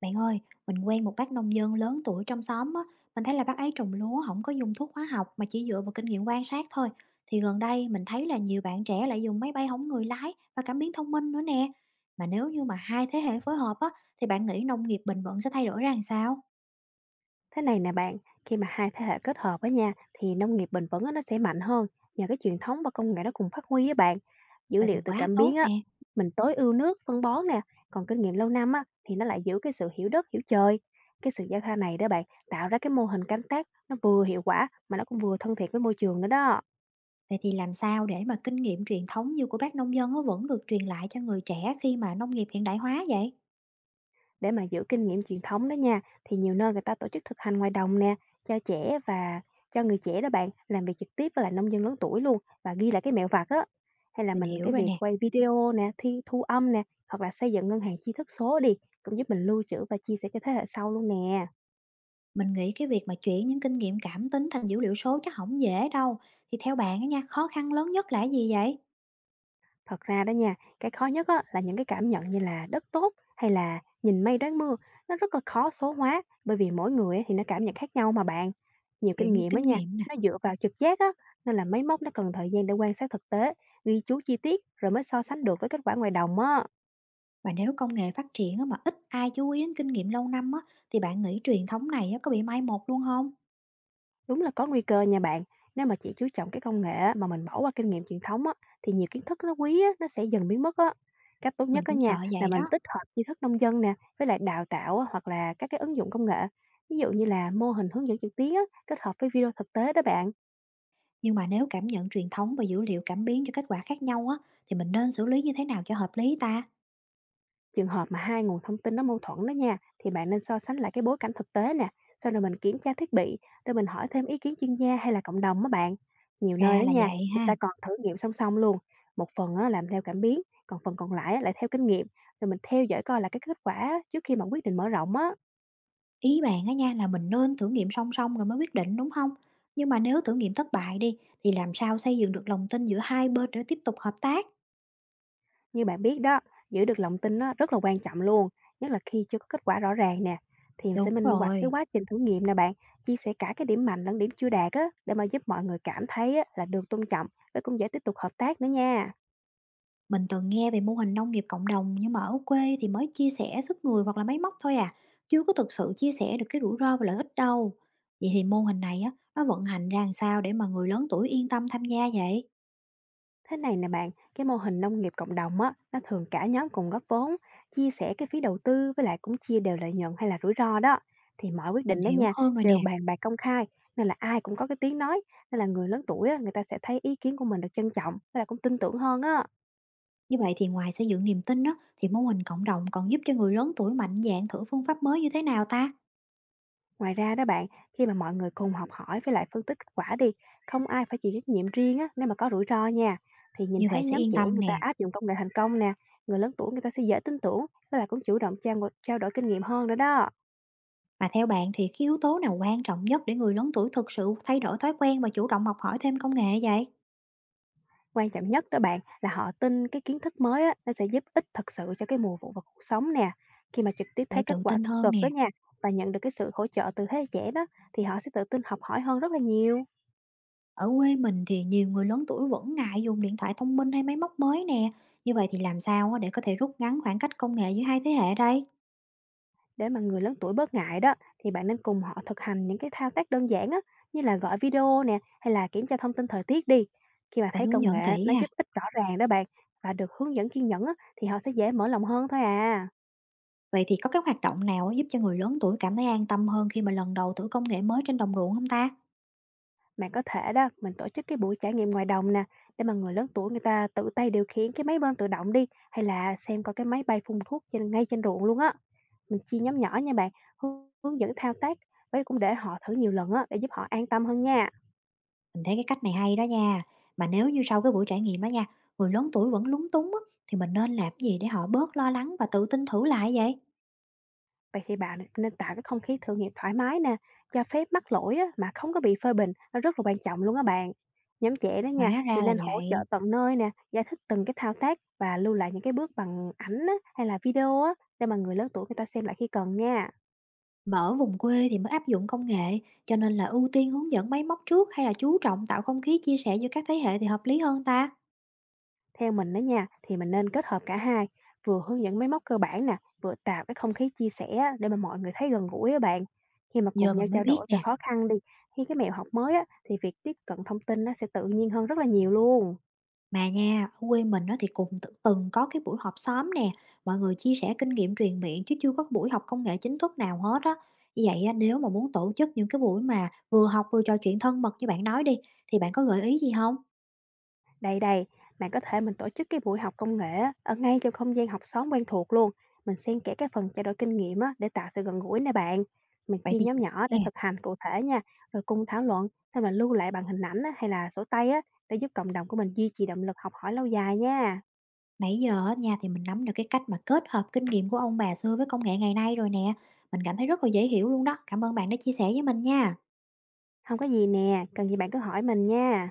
Bạn ơi, mình quen một bác nông dân lớn tuổi trong xóm á, mình thấy là bác ấy trồng lúa không có dùng thuốc hóa học mà chỉ dựa vào kinh nghiệm quan sát thôi. Thì gần đây mình thấy là nhiều bạn trẻ lại dùng máy bay không người lái và cảm biến thông minh nữa nè. Mà nếu như mà hai thế hệ phối hợp á, thì bạn nghĩ nông nghiệp bền vững sẽ thay đổi ra làm sao? Thế này nè bạn, khi mà hai thế hệ kết hợp với nha, thì nông nghiệp bền vững á, nó sẽ mạnh hơn nhờ cái truyền thống và công nghệ nó cùng phát huy với bạn. Dữ Vậy thì liệu từ quá cảm biến tốt á, nè. mình tối ưu nước, phân bón nè, còn kinh nghiệm lâu năm á, thì nó lại giữ cái sự hiểu đất, hiểu trời. Cái sự giao thoa này đó bạn, tạo ra cái mô hình canh tác nó vừa hiệu quả mà nó cũng vừa thân thiện với môi trường nữa đó. Vậy thì làm sao để mà kinh nghiệm truyền thống như của bác nông dân nó vẫn được truyền lại cho người trẻ khi mà nông nghiệp hiện đại hóa vậy? Để mà giữ kinh nghiệm truyền thống đó nha, thì nhiều nơi người ta tổ chức thực hành ngoài đồng nè, cho trẻ và cho người trẻ đó bạn, làm việc trực tiếp với lại nông dân lớn tuổi luôn và ghi lại cái mẹo vặt á. Hay là Mình mình hiểu cái rồi việc nè. quay video nè, thi thu âm nè, hoặc là xây dựng ngân hàng tri thức số đi, cũng giúp mình lưu trữ và chia sẻ cho thế hệ sau luôn nè. Mình nghĩ cái việc mà chuyển những kinh nghiệm cảm tính thành dữ liệu số chắc không dễ đâu. Thì theo bạn á nha, khó khăn lớn nhất là cái gì vậy? Thật ra đó nha, cái khó nhất á, là những cái cảm nhận như là đất tốt hay là nhìn mây đoán mưa, nó rất là khó số hóa bởi vì mỗi người á thì nó cảm nhận khác nhau mà bạn. Nhiều Kiểu kinh như nghiệm á kinh nha, nghiệm nè, nó dựa vào trực giác á, nên là máy móc nó cần thời gian để quan sát thực tế, ghi chú chi tiết rồi mới so sánh được với kết quả ngoài đồng á. và nếu công nghệ phát triển á mà ít ai chú ý đến kinh nghiệm lâu năm á, thì bạn nghĩ truyền thống này á có bị mai một luôn không? Đúng là có nguy cơ nha bạn. Nếu mà chỉ chú trọng cái công nghệ á, mà mình bỏ qua kinh nghiệm truyền thống á, thì nhiều kiến thức nó quý á, nó sẽ dần biến mất á. Cách tốt nhất Mình á cũng nha sợ là vậy mình đó. tích hợp tri thức nông dân nè với lại đào tạo á, hoặc là các cái ứng dụng công nghệ. Ví dụ như là mô hình hướng dẫn trực tuyến á, kết hợp với video thực tế đó bạn. Nhưng mà nếu cảm nhận truyền thống và dữ liệu cảm biến cho kết quả khác nhau á, thì mình nên xử lý như thế nào cho hợp lý ta? Trường hợp mà hai nguồn thông tin nó mâu thuẫn đó nha, thì bạn nên so sánh lại cái bối cảnh thực tế nè, sau rồi mình kiểm tra thiết bị, rồi mình hỏi thêm ý kiến chuyên gia hay là cộng đồng đó bạn. Nhiều nơi Ra đó là nha, vậy người ha. ta còn thử nghiệm song song luôn. Một phần á, làm theo cảm biến, còn phần còn lại á, lại theo kinh nghiệm, rồi mình theo dõi coi là cái kết quả trước khi mà quyết định mở rộng á. Ý bạn á nha là mình nên thử nghiệm song song rồi mới quyết định đúng không? Nhưng mà nếu thử nghiệm thất bại đi, thì làm sao xây dựng được lòng tin giữa hai bên để tiếp tục hợp tác? Như bạn biết đó, giữ được lòng tin á, rất là quan trọng luôn, nhất là khi chưa có kết quả rõ ràng nè. Thì mình sẽ Đúng minh hoạch cái rồi, quá trình thử nghiệm nè bạn, chia sẻ cả cái điểm mạnh lẫn điểm chưa đạt á, để mà giúp mọi người cảm thấy á, là được tôn trọng và cũng dễ tiếp tục hợp tác nữa nha. mình từng nghe về mô hình nông nghiệp cộng đồng nhưng mà ở quê thì mới chia sẻ sức người hoặc là máy móc thôi à, chưa có thực sự chia sẻ được cái rủi ro và lợi ích đâu. Vậy thì mô hình này á nó vận hành ra làm sao để mà người lớn tuổi yên tâm tham gia vậy? Thế này nè bạn, cái mô hình nông nghiệp cộng đồng á, nó thường cả nhóm cùng góp vốn, chia sẻ cái phí đầu tư với lại cũng chia đều lợi nhuận hay là rủi ro đó. Thì mọi quyết Mình định đó hiểu nha, hơn rồi đều nè. bàn bạc công khai, nên là ai cũng có cái tiếng nói, nên là người lớn tuổi á, người ta sẽ thấy ý kiến của mình được trân trọng, và cũng tin tưởng hơn á. Như vậy thì ngoài xây dựng niềm tin đó thì mô hình cộng đồng còn giúp cho người lớn tuổi mạnh dạn thử phương pháp mới như thế nào ta? Ngoài ra đó bạn, khi mà mọi người cùng học hỏi với lại phân tích kết quả đi, không ai phải chịu trách nhiệm riêng á, nếu mà có rủi ro nha. Thì nhìn Như vậy thấy sẽ nhóm yên trẻ tâm người ta nè. áp dụng công nghệ thành công nè, người lớn tuổi người ta sẽ dễ tin tưởng, với lại cũng chủ động trao đổi kinh nghiệm hơn nữa đó. Mà theo bạn thì cái yếu tố nào quan trọng nhất để người lớn tuổi thực sự thay đổi thói quen và chủ động học hỏi thêm công nghệ vậy? Quan trọng nhất đó bạn là họ tin cái kiến thức mới á, nó sẽ giúp ích thật sự cho cái mùa vụ và cuộc sống nè. Khi mà trực tiếp thấy Để tự kết quả tin tích hơn cực đó nè. nha, và nhận được cái sự hỗ trợ từ thế hệ trẻ đó, thì họ sẽ tự tin học hỏi hơn rất là nhiều. Ở quê mình thì nhiều người lớn tuổi vẫn ngại dùng điện thoại thông minh hay máy móc mới nè. Như vậy thì làm sao á để có thể rút ngắn khoảng cách công nghệ giữa hai thế hệ đây? Để mà người lớn tuổi bớt ngại đó thì bạn nên cùng họ thực hành những cái thao tác đơn giản á, như là gọi video nè hay là kiểm tra thông tin thời tiết đi. Khi mà Phải thấy hướng công dẫn nghệ kỹ nó ha. giúp ích rõ ràng đó bạn và được hướng dẫn kiên nhẫn á, thì họ sẽ dễ mở lòng hơn thôi à. Vậy thì có cái hoạt động nào á giúp cho người lớn tuổi cảm thấy an tâm hơn khi mà lần đầu thử công nghệ mới trên đồng ruộng không ta? Bạn có thể đó mình tổ chức cái buổi trải nghiệm ngoài đồng nè để mà người lớn tuổi người ta tự tay điều khiển cái máy bơm tự động đi hay là xem coi cái máy bay phun thuốc trên ngay trên ruộng luôn á. Mình chia nhóm nhỏ nha bạn, hướng hướng dẫn thao tác với cũng để họ thử nhiều lần á để giúp họ an tâm hơn nha. Mình thấy cái cách này hay đó nha. Mà nếu như sau cái buổi trải nghiệm đó nha, người lớn tuổi vẫn lúng túng á, thì mình nên làm cái gì để họ bớt lo lắng và tự tin thử lại vậy? Vậy thì bạn nên tạo cái không khí thử nghiệm thoải mái nè, cho phép mắc lỗi á, mà không có bị phê bình, nó rất là quan trọng luôn á bạn. Nhóm trẻ đó nha, Hóa ra thì là nên hỗ trợ vậy. tận nơi nè, giải thích từng cái thao tác và lưu lại những cái bước bằng ảnh á, hay là video á, để mà người lớn tuổi người ta xem lại khi cần nha. Mà ở vùng quê thì mới áp dụng công nghệ, cho nên là ưu tiên hướng dẫn máy móc trước hay là chú trọng tạo không khí chia sẻ giữa các thế hệ thì hợp lý hơn ta? Theo mình đó nha, thì mình nên kết hợp cả hai, vừa hướng dẫn máy móc cơ bản nè, vừa tạo cái không khí chia sẻ á, để mà mọi người thấy gần gũi á bạn. Khi mà Giờ cùng nhau mình mới trao biết đổi về nè. khó khăn đi, khi cái mẹo học mới á, thì việc tiếp cận thông tin nó sẽ tự nhiên hơn rất là nhiều luôn. Mà nha, ở quê mình đó thì cùng t từng có cái buổi họp xóm nè, mọi người chia sẻ kinh nghiệm truyền miệng chứ chưa có buổi học công nghệ chính thức nào hết á. Như vậy á, nếu mà muốn tổ chức những cái buổi mà vừa học vừa trò chuyện thân mật như bạn nói đi, thì bạn có gợi ý gì không? Đây đây, bạn có thể mình tổ chức cái buổi học công nghệ á, ở ngay trong không gian học xóm quen thuộc luôn. Mình xen kẽ cái phần trao đổi kinh nghiệm á, để tạo sự gần gũi nè bạn. Mình Vậy chia thì nhóm nhỏ nè, để thực hành cụ thể nha, rồi cùng thảo luận, xong là lưu lại bằng hình ảnh á, hay là sổ tay á, để giúp cộng đồng của mình duy trì động lực học hỏi lâu dài nha. nãy giờ á nha thì mình nắm được cái cách mà kết hợp kinh nghiệm của ông bà xưa với công nghệ ngày nay rồi nè, mình cảm thấy rất là dễ hiểu luôn đó. Cảm ơn bạn đã chia sẻ với mình nha. Không có gì nè, cần gì bạn cứ hỏi mình nha.